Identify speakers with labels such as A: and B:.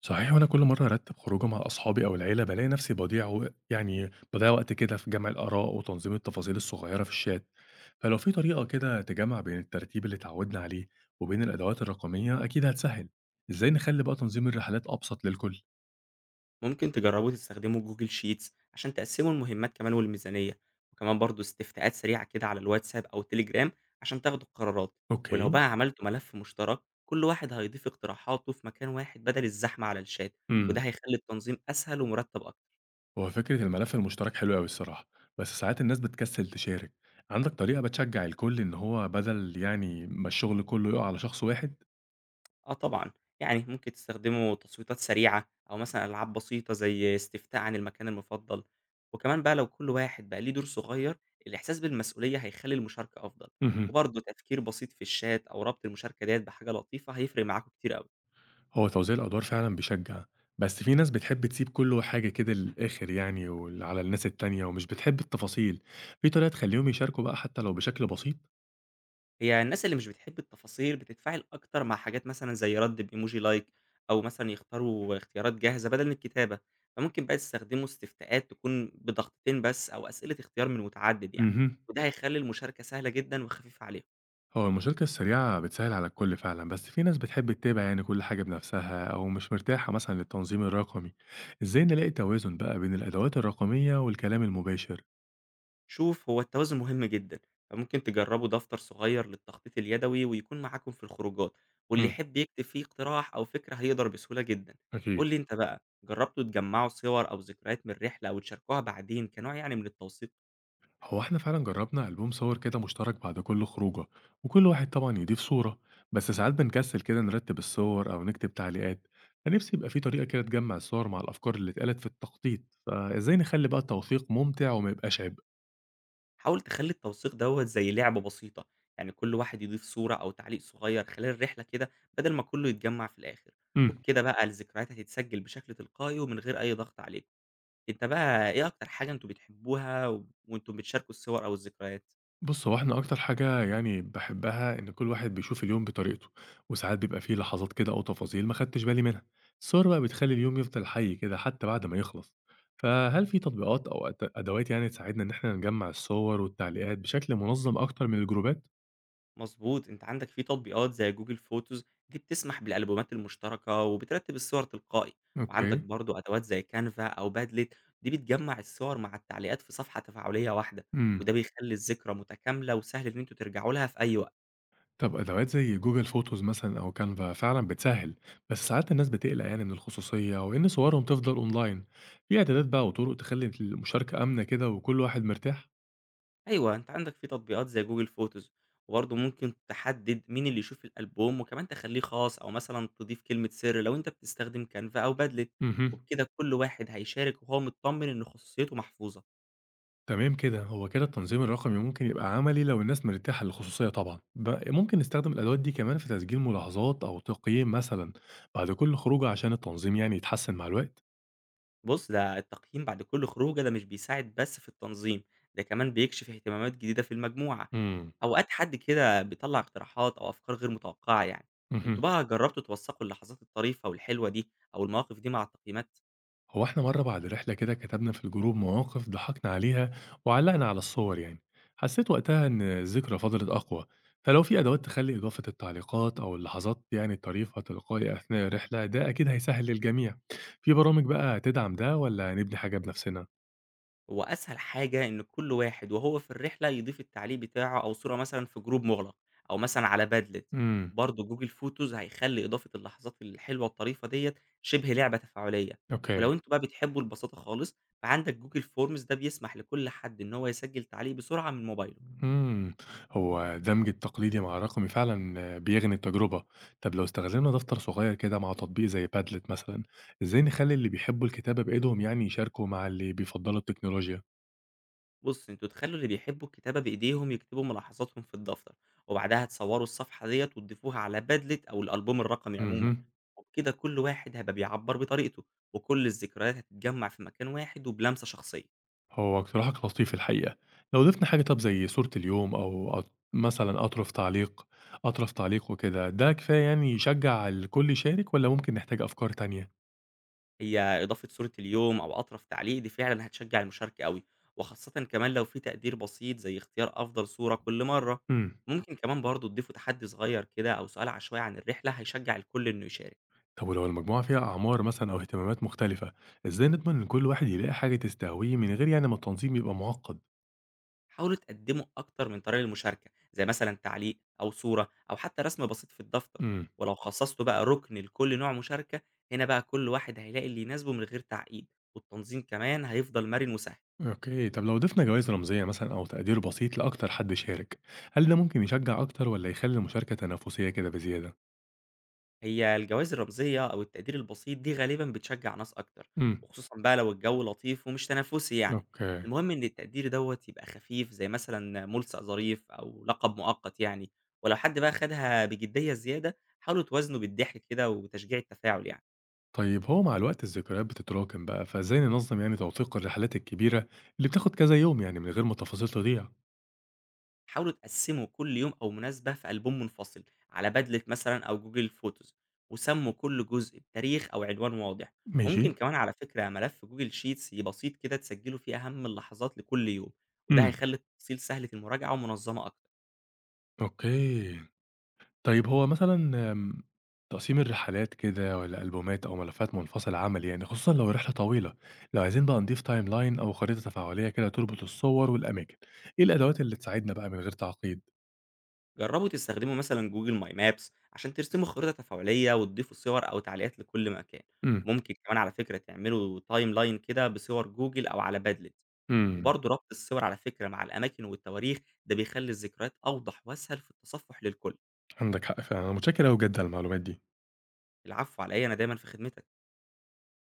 A: صحيح، وأنا كل مرة أرتب خروجة مع أصحابي أو العيلة بلاقي نفسي يعني بضيع وقت كده في جمع الآراء وتنظيم التفاصيل الصغيرة في الشات. فلو في طريقة كده تجمع بين الترتيب اللي اتعودنا عليه وبين الأدوات الرقمية أكيد هتسهل. إزاي نخلي بقى تنظيم الرحلات أبسط للكل؟
B: ممكن تجربوا تستخدموا جوجل شيتس عشان تقسموا المهمات كمان والميزانية. وكمان برضو استفتاءات سريعة كده على الواتساب أو تليجرام عشان تاخدوا القرارات. ولو
A: أوكي.
B: بقى عملتوا ملف مشترك، كل واحد هيضيف اقتراحاته في مكان واحد بدل الزحمة على الشات، وده
A: امم.
B: هيخلي التنظيم أسهل ومرتب أكتر.
A: هو فكرة الملف المشترك حلوة أوي الصراحة، بس ساعات الناس بتكسل تشارك. عندك طريقة بتشجع الكل إن هو بدل يعني ما الشغل كله يقع على شخص واحد؟
B: آه طبعًا، ممكن تستخدموا تصويتات سريعة، أو مثلًا ألعاب بسيطة زي استفتاء عن المكان المفضل، وكمان بقى لو كل واحد بقى ليه دور صغير، الإحساس بالمسؤولية هيخلّي المشاركة أفضل،
A: مهم.
B: وبرضه تفكير بسيط في الشات أو ربط المشاركة ديّة بحاجة لطيفة هيفرق معاكم كتير أوي.
A: هو توزيع الأدوار فعلًا بيشجّع، بس في ناس بتحب تسيب كل حاجة كده للآخر يعني وال على الناس التانية ومش بتحب التفاصيل، في طريقة تخلّيهم يشاركوا بقى حتى لو بشكل بسيط؟
B: هي الناس اللي مش بتحب التفاصيل بتتفاعل أكتر مع حاجات مثلًا زي رَد بإيموجي لايك أو مثلًا يختاروا اختيارات جاهزة بدل من الكتابة، فممكن بقى تستخدموا استفتاءات تكون بضغطتين بس أو أسئلة اختيار من متعدد،
A: اهم.
B: وده هيخلّي المشاركة سهلة جدًا وخفيفة عليهم.
A: هو المشاركة السريعة بتسهّل على الكل فعلًا، بس في ناس بتحب تتابع يعني كل حاجة بنفسها أو مش مرتاحة مثلًا للتنظيم الرقمي، إزاي نلاقي توازن بقى بين الأدوات الرقمية والكلام المباشر؟
B: شوف، هو التوازن مهم جدًا، فممكن تجربوا دفتر صغير للتخطيط اليدوي ويكون معاكم في الخروجات، واللي
A: إمم.
B: يحب يكتب فيه اقتراح أو فكرة هيقدر بسهولة جدًا. قُل
A: أكيد.
B: لي أنت بقى، جربتوا تجمعوا صور أو ذكريات من الرحلة وتشاركوها بعدين كنوع من التوثيق؟
A: هو احنا فعلا جربنا ألبوم صور كده مشترك بعد كل خروجة، وكل واحد طبعا يضيف صورة، بس ساعات بنكسل كده نرتب الصور أو نكتب تعليقات، فنفسي يبقى في طريقة كده تجمع الصور مع الأفكار اللي اتقالت في التخطيط. فإزاي نخلي بقى التوثيق ممتع وما يبقاش عبء؟
B: حاول تخلّي التوثيق دوّة زي لعبة بسيطة، كل واحد يضيف صورة أو تعليق صغير خلال الرحلة كده بدل ما كله يتجمّع في الآخر،
A: امم.
B: وبكده بقى الذكريات هتتسجل بشكل تلقائي ومن غير أي ضغط عليكم. أنت بقى إيه أكتر حاجة أنتم بتحبوها وأنتم بتشاركوا الصور أو الذكريات؟
A: بُص، هو إحنا أكتر حاجة يعني باحبها إن كل واحد بيشوف اليوم بطريقته، وساعات بيبقى في لحظات كده أو تفاصيل ما خدتش بالي منها، الصور بقى بتخلّي اليوم يفضل حي كده حتى بعد ما يخلص، فهل في تطبيقات أو أدوات يعني تساعدنا إن إحنا نجمّع الصور والتعليقات بشكل منظم أكتر من الجروبات؟
B: مضبوط، أنت عندك في تطبيقات زي Google Photos، دي بتسمح بالألبومات المشتركة وبترتب الصور تلقائي، وعندك
A: أوكي.
B: برضه أدوات زي Canva أو Padlet، دي بتجمّع الصور مع التعليقات في صفحة تفاعلية واحدة،
A: إمم.
B: وده بيخلّي الذكرى متكاملة وسهل إن أنتم ترجعوا لها في أي وقت.
A: طب أدوات زي Google Photos مثلًا أو Canva فعلًا بتسهّل، بس ساعات الناس بتقلق يعني من الخصوصية وإن صورهم تفضل أونلاين، في إعدادات بقى وطرق تخلّي المشاركة آمنة كده وكل واحد مرتاح؟
B: أيوه، أنت عندك في تطبيقات زي Google Photos، وبرضه ممكن تحدد مين اللي يشوف الألبوم وكمان تخلّيه خاص أو مثلًا تضيف كلمة سر لو أنت بتستخدم Canva أو Padlet،
A: اهم.
B: وبكده كل واحد هيشارك وهو متطمن إن خصوصيته محفوظة.
A: تمام كده، هو كده التنظيم الرقمي ممكن يبقى عملي لو الناس مرتاحة للخصوصية طبعًا، ممكن نستخدم الأدوات دي كمان في تسجيل ملاحظات أو تقييم مثلًا بعد كل خروجة عشان التنظيم يعني يتحسن مع الوقت.
B: بُص، ده التقييم بعد كل خروجة ده مش بيساعد بس في التنظيم، ده كمان بيكشف اهتمامات جديدة في المجموعة.
A: امم.
B: أوقات حد كده بيطلّع اقتراحات أو أفكار غير متوقعة. أنتم
A: اهم.
B: بقى جربتوا توثقوا اللحظات الطريفة والحلوة دي أو المواقف دي مع التقييمات؟
A: هو إحنا مرة بعد رحلة كده كتبنا في الجروب مواقف ضحكنا عليها وعلقنا على الصور يعني، حسيت وقتها إن الذكرى فضلت أقوى، فلو في أدوات تخلي إضافة التعليقات أو اللحظات يعني الطريفة تلقائي أثناء الرحلة ده أكيد هيسهل للجميع، في برامج بقى تدعم ده والّا هنبني حاجة بنفسنا؟
B: هو أسهل حاجة إن كل واحد وهو في الرحلة يضيف التعليق بتاعه أو صورة مثلًا في جروب مغلق، أو مثلًا على Padlet.
A: إمم.
B: وبرضه Google Photos هيخلّي إضافة اللحظات الحلوة الطريفة ديّة شبه لعبة تفاعلية.
A: أوكي.
B: ولو أنتم بقى بتحبوا البساطة خالص، فعندك Google Forms، ده بيسمح لكل حد إن هو يسجل تعليق بسرعة من موبايله.
A: إمم. هو دمج التقليدي مع الرقمي فعلًا بيغني التجربة. طب لو استخدمنا دفتر صغير كده مع تطبيق زي padlet مثلًا، إزاي نخلّي اللي بيحبوا الكتابة بإيدهم يعني يشاركوا مع اللي بيفضّلوا التكنولوجيا؟
B: بُص، أنتم تخلّوا اللي بيحبوا الكتابة بإيديهم يكتبوا ملاحظاتهم في الدفتر، وبعدها تصوروا الصفحة ديّة وتضيفوها على Padlet أو الألبوم الرقمي عمومًا،
A: اهم.
B: وبكده كل واحد هيبقى بيعبّر بطريقته، وكل الذكريات هتتجمّع في مكان واحد وبلمسة شخصية.
A: هو اقتراحك لطيف الحقيقة. لو ضفنا حاجة طب زي صورة اليوم أو مثلًا أطرف تعليق وكده، ده كفاية يعني يشجّع الكل يشارك والّا ممكن نحتاج أفكار تانية؟
B: هي إضافة صورة اليوم أو أطرف تعليق دي فعلًا هتشجّع المشاركة أوي، وخاصةً كمان لو في تقدير بسيط زي اختيار أفضل صورة كل مرة.
A: إمم.
B: ممكن كمان برضه تضيفوا تحدي صغير كده أو سؤال عشوائي عن الرحلة هيشجّع الكل إنه يشارك.
A: طب ولو المجموعة فيها أعمار مثلا أو اهتمامات مختلفة، إزاي نضمن إن كل واحد يلاقي حاجة تستهويه من غير يعني ما التنظيم يبقى معقد؟
B: حاولوا تقدموا أكتر من طريقة للمشاركة، زي مثلًا تعليق أو صورة أو حتى رسم بسيط في الدفتر،
A: امم.
B: ولو خصصتوا بقى ركن لكل نوع مشاركة، هنا بقى كل واحد هيلاقي اللي يناسبه من غير تعقيد، والتنظيم كمان هيفضل مرن وسهل.
A: أوكي، طب لو ضفنا جوائز رمزية مثلا أو تقدير بسيط لأكتر حد شارك، هل ده ممكن يشجع أكتر ولا يخلي المشاركة تنافسية كده بزيادة؟
B: هي الجوائز الرمزية أو التقدير البسيط دي غالبًا بتشجع ناس أكتر،
A: امم.
B: وخصوصًا بقى لو الجو لطيف ومش تنافسي.
A: أوكي.
B: المهم إن التقدير دوّة يبقى خفيف زي مثلًا ملصق ظريف أو لقب مؤقت، ولو حد بقى خدها بجدية زيادة، حاولوا توازنوا بالضحك كده وتشجيع التفاعل.
A: طيب هو مع الوقت الذكريات بتتراكم بقى، فإزاي ننظم يعني توثيق الرحلات الكبيرة اللي بتاخد كذا يوم يعني من غير ما التفاصيل تضيع؟
B: حاولوا تقسموا كل يوم أو مناسبة في ألبوم منفصل على بدلة مثلًا أو جوجل فوتوز، وسموا كل جزء بتاريخ أو عنوان واضح.
A: ماشي؟
B: وممكن كمان على فكرة ملف جوجل شيتس بسيط كده تسجلوا فيه أهم اللحظات لكل يوم، وده
A: امم.
B: هيخلي التفاصيل سهلة المراجعة ومنظمة أكتر.
A: أوكي. طيب هو مثلًا آمم، تقسيم الرحلات كده والّا ألبومات أو ملفات منفصل عمل يعني، خصوصًا لو الرحلة طويلة، لو عايزين بقى نضيف timeline أو خريطة تفاعلية كده تربط الصور والأماكن، إيه الأدوات اللي تساعدنا بقى من غير تعقيد؟
B: جربوا تستخدموا مثلا جوجل ماي مابس عشان ترسموا خريطة تفاعلية وتضيفوا صور أو تعليقات لكل مكان.
A: إمم.
B: ممكن كمان على فكرة تعملوا تايم لاين كده بصور جوجل أو على بادلت.
A: إمم.
B: وبرضه ربط الصور على فكرة مع الأماكن والتواريخ ده بيخلي الذكريات أوضح وأسهل في التصفح للكل.
A: عندك حق فعلًا، أنا متشكر أوي بجد على المعلومات دي.
B: العفو عليا، أنا دايما في خدمتك.